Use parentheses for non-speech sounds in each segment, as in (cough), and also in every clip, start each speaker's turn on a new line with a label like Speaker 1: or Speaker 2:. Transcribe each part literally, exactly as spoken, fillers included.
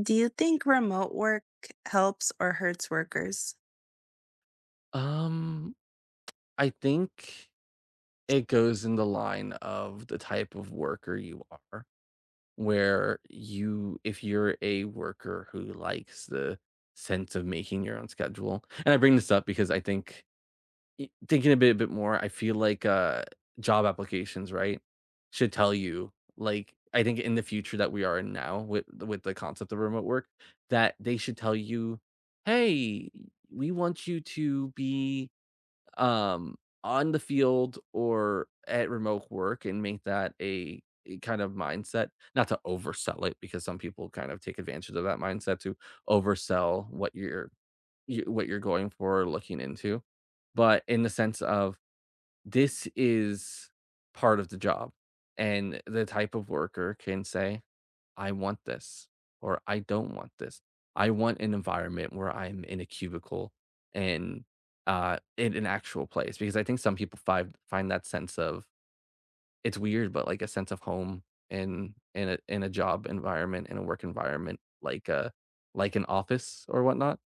Speaker 1: Do you think remote work helps or hurts workers?
Speaker 2: Um, I think it goes in the line of the type of worker you are, where you, if you're a worker who likes the sense of making your own schedule. And I bring this up because I think i- thinking a bit, a bit more, I feel like uh, job applications, right, should tell you, like I think in the future that we are in now with with the concept of remote work, that they should tell you, hey, we want you to be um, on the field or at remote work, and make that a, a kind of mindset. Not to oversell it, because some people kind of take advantage of that mindset to oversell what you're you, what you're going for or looking into, but in the sense of this is part of the job, and the type of worker can say I want this or I don't want this. I want an environment where I'm in a cubicle and uh in an actual place, because I think some people find find that sense of, it's weird, but like a sense of home in in a in a job environment, in a work environment, like a like an office or whatnot.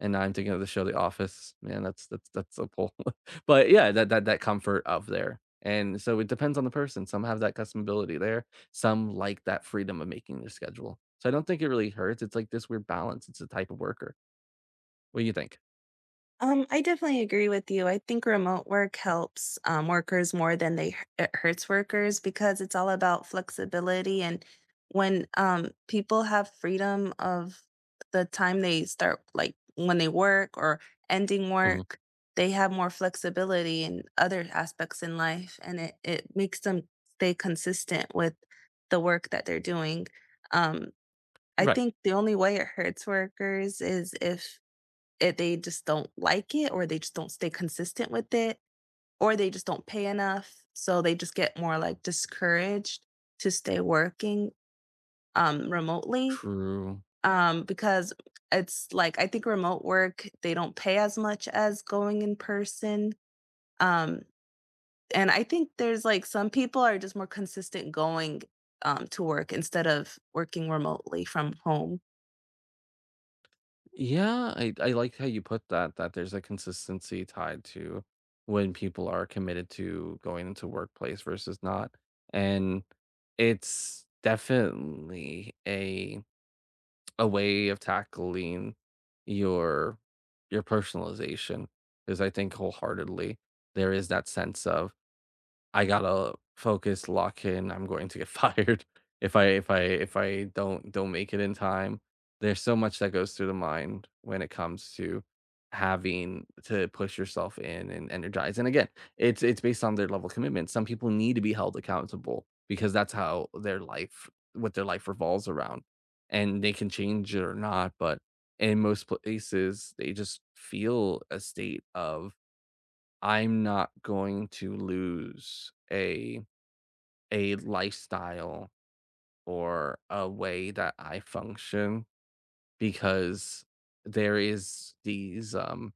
Speaker 2: And now I'm thinking of the show The Office. Man, that's that's that's a pull. (laughs) But yeah, that that that comfort of there. And so it depends on the person. Some have that customability there. Some like that freedom of making their schedule. So I don't think it really hurts. It's like this weird balance. It's a type of worker. What do you think?
Speaker 1: Um, I definitely agree with you. I think remote work helps um, workers more than they it hurts workers because it's all about flexibility. And when um, people have freedom of the time they start, like when they work or ending
Speaker 2: Mhm.
Speaker 1: work, they have more flexibility in other aspects in life, and it it makes them stay consistent with the work that they're doing. Um, I
Speaker 2: Right.
Speaker 1: think the only way it hurts workers is if it they just don't like it, or they just don't stay consistent with it, or they just don't pay enough. So they just get more like discouraged to stay working um, remotely,
Speaker 2: True.
Speaker 1: um, because it's like I think remote work, they don't pay as much as going in person. Um, and I think there's like some people are just more consistent going um, to work instead of working remotely from home.
Speaker 2: Yeah, I, I like how you put that, that there's a consistency tied to when people are committed to going into workplace versus not. And it's definitely a a way of tackling your your personalization personalization, 'cause I think wholeheartedly there is that sense of I gotta focus, lock in. I'm going to get (laughs) fired if I if I if I don't don't make it in time. There's so much that goes through the mind when it comes to having to push yourself in and energize. And again, it's it's based on their level of commitment. Some people need to be held accountable because that's how their life what their life revolves around. And they can change it or not, but in most places they just feel a state of I'm not going to lose a a lifestyle or a way that I function, because there is these um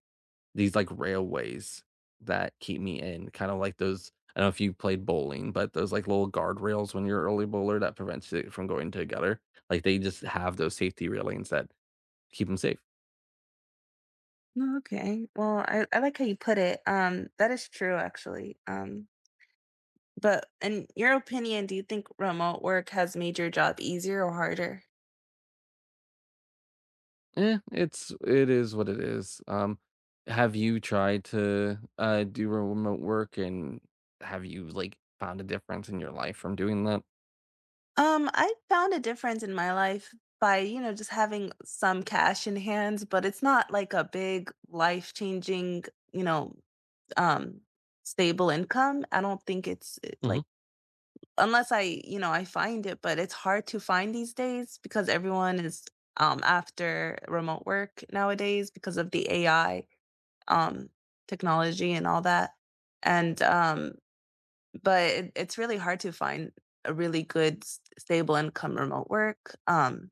Speaker 2: these like railways that keep me in, kind of like those, I don't know if you played bowling, but those like little guardrails when you're an early bowler that prevents it from going to a gutter. Like they just have those safety railings that keep them safe.
Speaker 1: No, okay. Well, I, I like how you put it. Um, that is true actually. Um, but in your opinion, do you think remote work has made your job easier or harder?
Speaker 2: Eh, it's it is what it is. Um, have you tried to uh do remote work, and have you like found a difference in your life from doing that?
Speaker 1: Um, I found a difference in my life by, you know, just having some cash in hands, but it's not like a big life-changing, you know, um, stable income. I don't think it's eh,
Speaker 2: Hmm.
Speaker 1: like unless I, you know, I find it, but it's hard to find these days because everyone is, um, after remote work nowadays because of the A I, um, technology and all that. And, um, but it, it's really hard to find a really good s- stable income remote work. Um,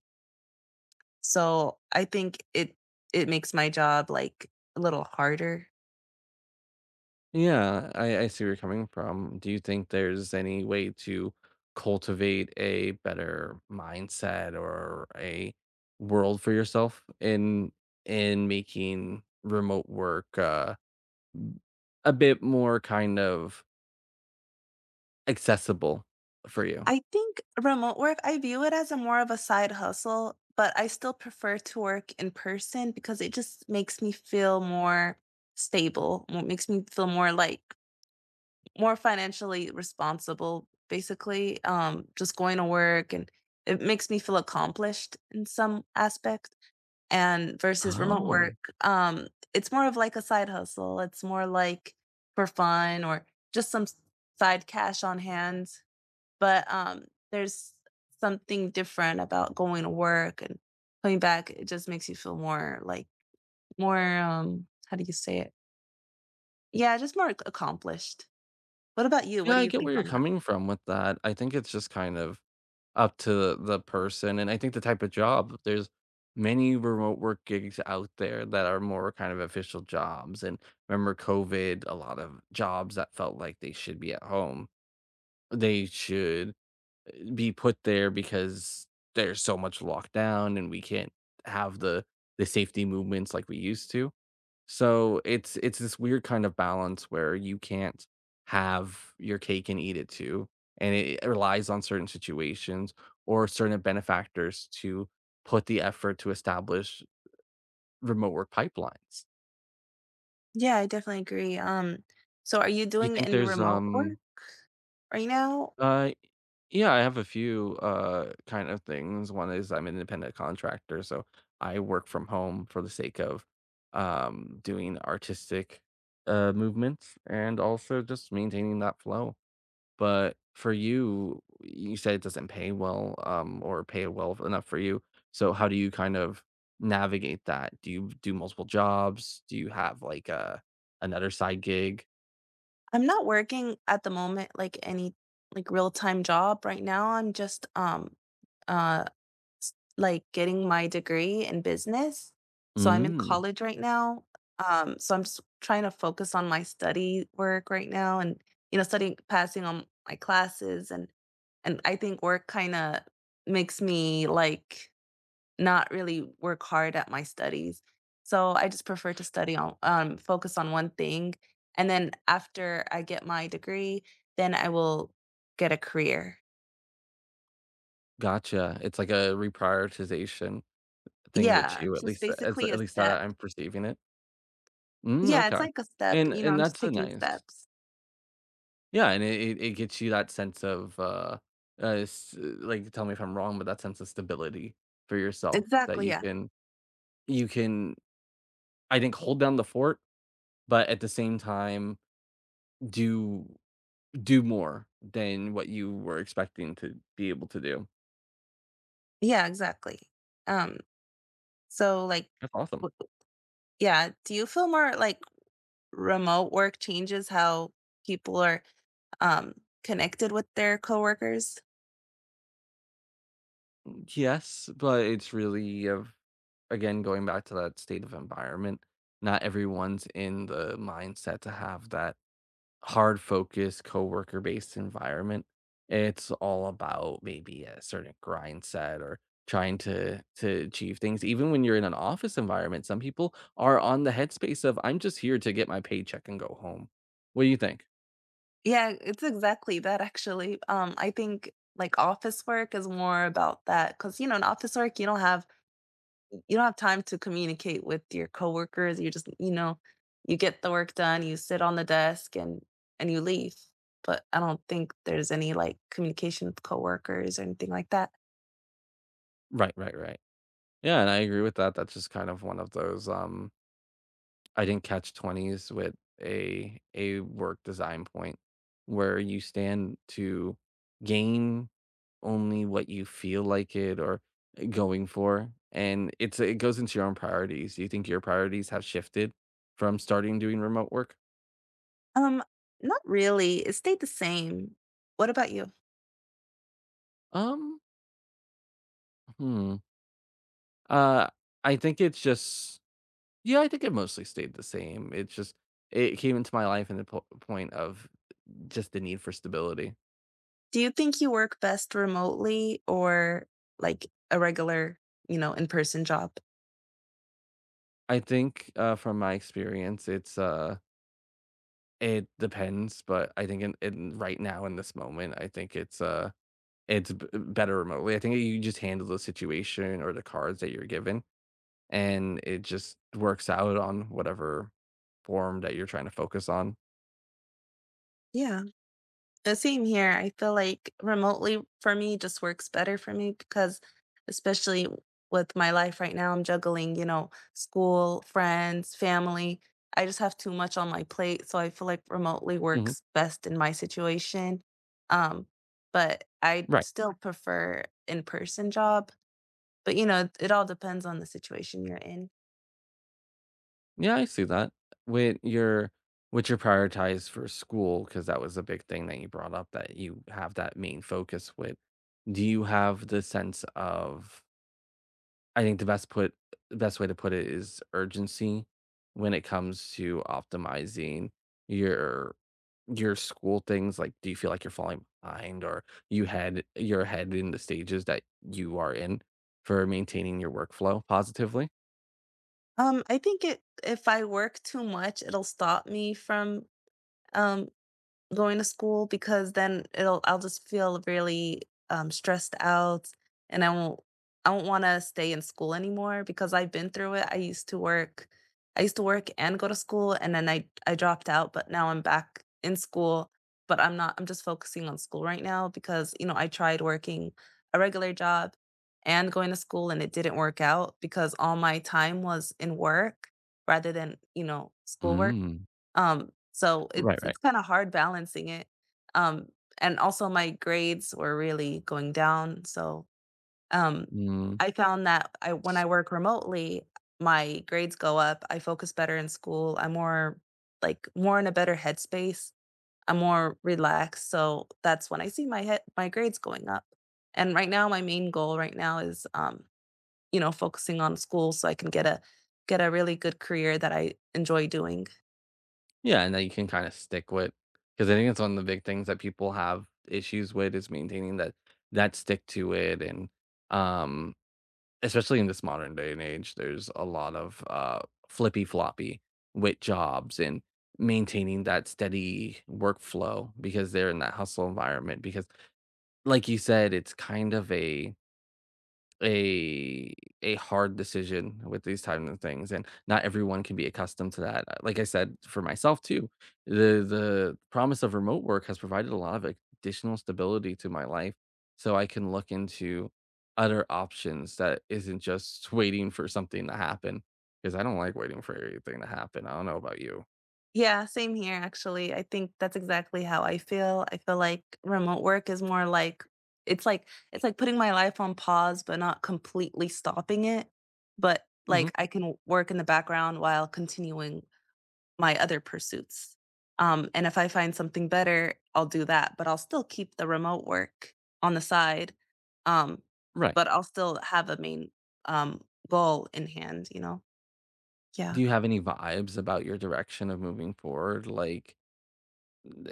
Speaker 1: So I think it it makes my job like a little harder.
Speaker 2: Yeah, I, I see where you're coming from. Do you think there's any way to cultivate a better mindset or a world for yourself in in making remote work uh, a bit more kind of accessible for you.
Speaker 1: I think remote work, I view it as a more of a side hustle, but I still prefer to work in person because it just makes me feel more stable, mo- makes me feel more like more financially responsible, basically. Um, just going to work and it makes me feel accomplished in some aspect. And versus remote
Speaker 2: Oh.
Speaker 1: work, um, it's more of like a side hustle. It's more like for fun or just some s- side cash on hand, but um, there's something different about going to work and coming back. It just makes you feel more like more um how do you say it? Yeah, just more ac- accomplished. What about you? What
Speaker 2: Yeah,
Speaker 1: do
Speaker 2: I
Speaker 1: you
Speaker 2: get
Speaker 1: think
Speaker 2: where you're
Speaker 1: on that?
Speaker 2: coming from with that. I think it's just kind of up to the person, and I think the type of job, there's many remote work gigs out there that are more kind of official jobs. And remember COVID, a lot of jobs that felt like they should be at home, they should be put there because there's so much lockdown and we can't have the the safety movements like we used to. So it's it's this weird kind of balance where you can't have your cake and eat it too, and it it relies on certain situations or certain benefactors to put the effort to establish remote work pipelines.
Speaker 1: Yeah, I definitely agree. Um, so are you
Speaker 2: You
Speaker 1: doing
Speaker 2: think
Speaker 1: any
Speaker 2: there's
Speaker 1: remote work
Speaker 2: um
Speaker 1: right now?
Speaker 2: Uh, yeah, I have a few, uh, kind of things. One is I'm an independent contractor, so I work from home for the sake of, um, doing artistic, uh, movements, and also just maintaining that flow. But for you, you said it doesn't pay well, um, or pay well enough for you. So how do you kind of navigate that? Do you do multiple jobs? Do you have like a another side gig?
Speaker 1: I'm not working at the moment, like any like real time job right now. I'm just um uh s- like getting my degree in business. So I'm in
Speaker 2: Mm,
Speaker 1: college right now. Um, so I'm just trying to focus on my study work right now, and you know studying, passing on my classes, and and I think work kind of makes me like not really work hard at my studies. So I just prefer to study on um focus on one thing, and then after I get my degree, then I will get a career.
Speaker 2: gotcha. It's like a reprioritization thing
Speaker 1: Yeah,
Speaker 2: with
Speaker 1: I'm
Speaker 2: you, at
Speaker 1: just
Speaker 2: least as
Speaker 1: basically a
Speaker 2: at least that
Speaker 1: step.
Speaker 2: I'm perceiving it. Mm,
Speaker 1: Yeah, it's
Speaker 2: okay.
Speaker 1: like a step,
Speaker 2: And
Speaker 1: you know,
Speaker 2: and
Speaker 1: I'm just
Speaker 2: that's a
Speaker 1: taking
Speaker 2: nice,
Speaker 1: steps.
Speaker 2: yeah, and it it it gets you that sense of, uh, uh, s like, tell me if I'm wrong, but that sense of stability for yourself that
Speaker 1: Exactly,
Speaker 2: you
Speaker 1: yeah.
Speaker 2: can you can, I think, hold down the fort, but at the same time, do do more than what you were expecting to be able to do.
Speaker 1: Yeah, exactly. Um, so like
Speaker 2: That's awesome.
Speaker 1: w yeah, do you feel more like remote work changes how people are, um, connected with their coworkers?
Speaker 2: Yes, but it's really of, again, going back to that state of environment, not everyone's in the mindset to have that hard focus, coworker based environment. It's all about maybe a certain grind set or trying to to achieve things. Even when you're in an office environment, some people are on the headspace of I'm just here to get my paycheck and go home. What do you think?
Speaker 1: Yeah, it's exactly that actually. Um, I think like office work is more about that because you know, in office work, you don't have you don't have time to communicate with your coworkers. You just, you know, you get the work done, you sit on the desk and and you leave. But I don't think there's any like communication with coworkers or anything like that.
Speaker 2: Right, right, right. Yeah, and I agree with that. That's just kind of one of those um I didn't catch twenties with a a work design point where you stand to gain only what you feel like it or eh, going for. And it's it goes into your own priorities. Do you think your priorities have shifted from starting doing remote work?
Speaker 1: Um, Not really. It stayed the same. What about you?
Speaker 2: Um, hmm. Uh, I think it's just, yeah, I think it mostly stayed the same. It's just it came into my life in the po- point of just the need for stability.
Speaker 1: Do you think you work best remotely or like a regular, you know, in-person job?
Speaker 2: I think uh, from my experience, it's uh, it depends, but I think in in right now in this moment, I think it's, uh, it's b uh, better remotely. I think you just handle the situation or the cards that you're given, and it just works out on whatever form that you're trying to focus on.
Speaker 1: Yeah. Uh, same here. I feel like remotely for me just works better for me because especially with my life right now, I'm juggling, you know, school, friends, family. I just have too much on my plate, so I feel like remotely
Speaker 2: Mhm,
Speaker 1: works best in my situation. Um, but I
Speaker 2: right.
Speaker 1: still prefer in-person job, but you know, it, it all depends on the situation you're in.
Speaker 2: Yeah, I see that. With your what you prioritize for school, because that was a big thing that you brought up that you have that main focus with. Do you have the sense of, I think the best put the best way to put it is urgency when it comes to optimizing your your school things. Like, do you feel like you're falling behind or you had you're ahead in the stages that you are in for maintaining your workflow positively?
Speaker 1: Um, I think it if I work too much, it'll stop me from um going to school because then it'll I'll just feel really, um, stressed out, and I won't I won't wanna stay in school anymore because I've been through it. I used to work I used to work and go to school, and then I I dropped out, but now I'm back in school, but I'm not I'm just focusing on school right now because, you know, I tried working a regular job and going to school, and it didn't work out because all my time was in work rather than, you know, schoolwork.
Speaker 2: Mm.
Speaker 1: Um, so
Speaker 2: Right,
Speaker 1: it's
Speaker 2: right.
Speaker 1: it's kinda hard balancing it. Um, and also my grades were really going down, so, um,
Speaker 2: Mm,
Speaker 1: I found that I when I work remotely, my grades go up, I focus better in school, I'm more like, more in a better headspace, I'm more relaxed, so that's when I see my head my grades going up. And right now, my main goal right now is, um, you know, focusing on school so I can get a get a really good career that I enjoy doing.
Speaker 2: yeah, and that you can kind of stick with, because I think it's one of the big things that people have issues with is maintaining that that stick to it and um especially in this modern day and age, there's a lot of uh, flippy floppy with jobs and maintaining that steady workflow because they're in that hustle environment. Because, like you said, it's kind of a a a hard decision with these type of things, and not everyone can be accustomed to that. Uh, Like I said, for myself too, the the promise of remote work has provided a lot of additional stability to my life, so I can look into other options that isn't just (laughs) waiting for something to happen, because I don't like waiting for anything to happen. I don't know about you.
Speaker 1: Yeah, same here actually. I think that's exactly how I feel. I feel like remote work is more like it's like it's like putting my life on pause but not completely stopping it, but
Speaker 2: Mhm.
Speaker 1: like I can work in the background while continuing my other pursuits. Um and if I find something better, I'll do that, but I'll still keep the remote work on the side. Um
Speaker 2: Right.
Speaker 1: but I'll still have a main um goal in hand, you know. Yeah.
Speaker 2: Do you have any vibes about your direction of moving forward? Like,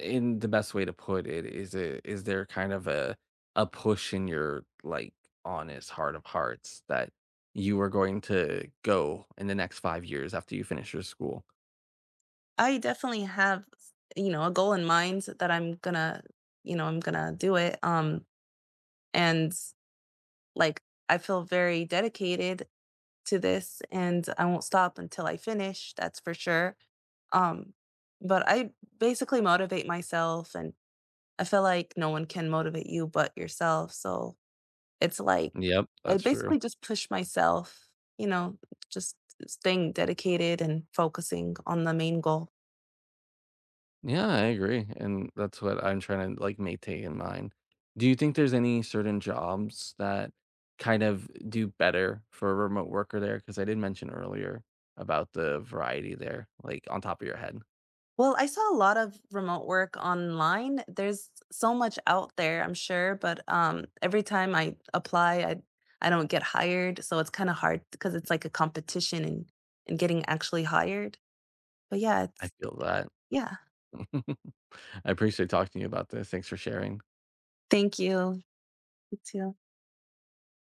Speaker 2: in the best way to put it, is it is there kind of a a push in your, like, honest heart of hearts that you are going to go in the next five years after you finish your school?
Speaker 1: I definitely have, you know, a goal in mind that I'm gonna you know, I'm gonna do it, um, and, like, I feel very dedicated to this, and I won't stop until I finish, that's for sure, um, but I basically motivate myself, and I feel like no one can motivate you but yourself, so it's like
Speaker 2: Yep,
Speaker 1: I
Speaker 2: that's true.
Speaker 1: basically just push myself, you know, just staying dedicated and focusing on the main goal.
Speaker 2: Yeah, I agree, and that's what I'm trying to, like, maintain in mind. Do you think there's any certain jobs that kind of do better for a remote worker there? Because I did mention earlier about the variety there, like, on top of your head.
Speaker 1: Well, I saw a lot of remote work online. There's so much out there, I'm sure, but um, every time I apply, I I don't get hired, so it's kind of hard because it's like a competition and and getting actually hired. But yeah,
Speaker 2: I
Speaker 1: it's
Speaker 2: feel that.
Speaker 1: yeah.
Speaker 2: (laughs) I appreciate talking to you about this. Thanks for sharing.
Speaker 1: Thank you. You too.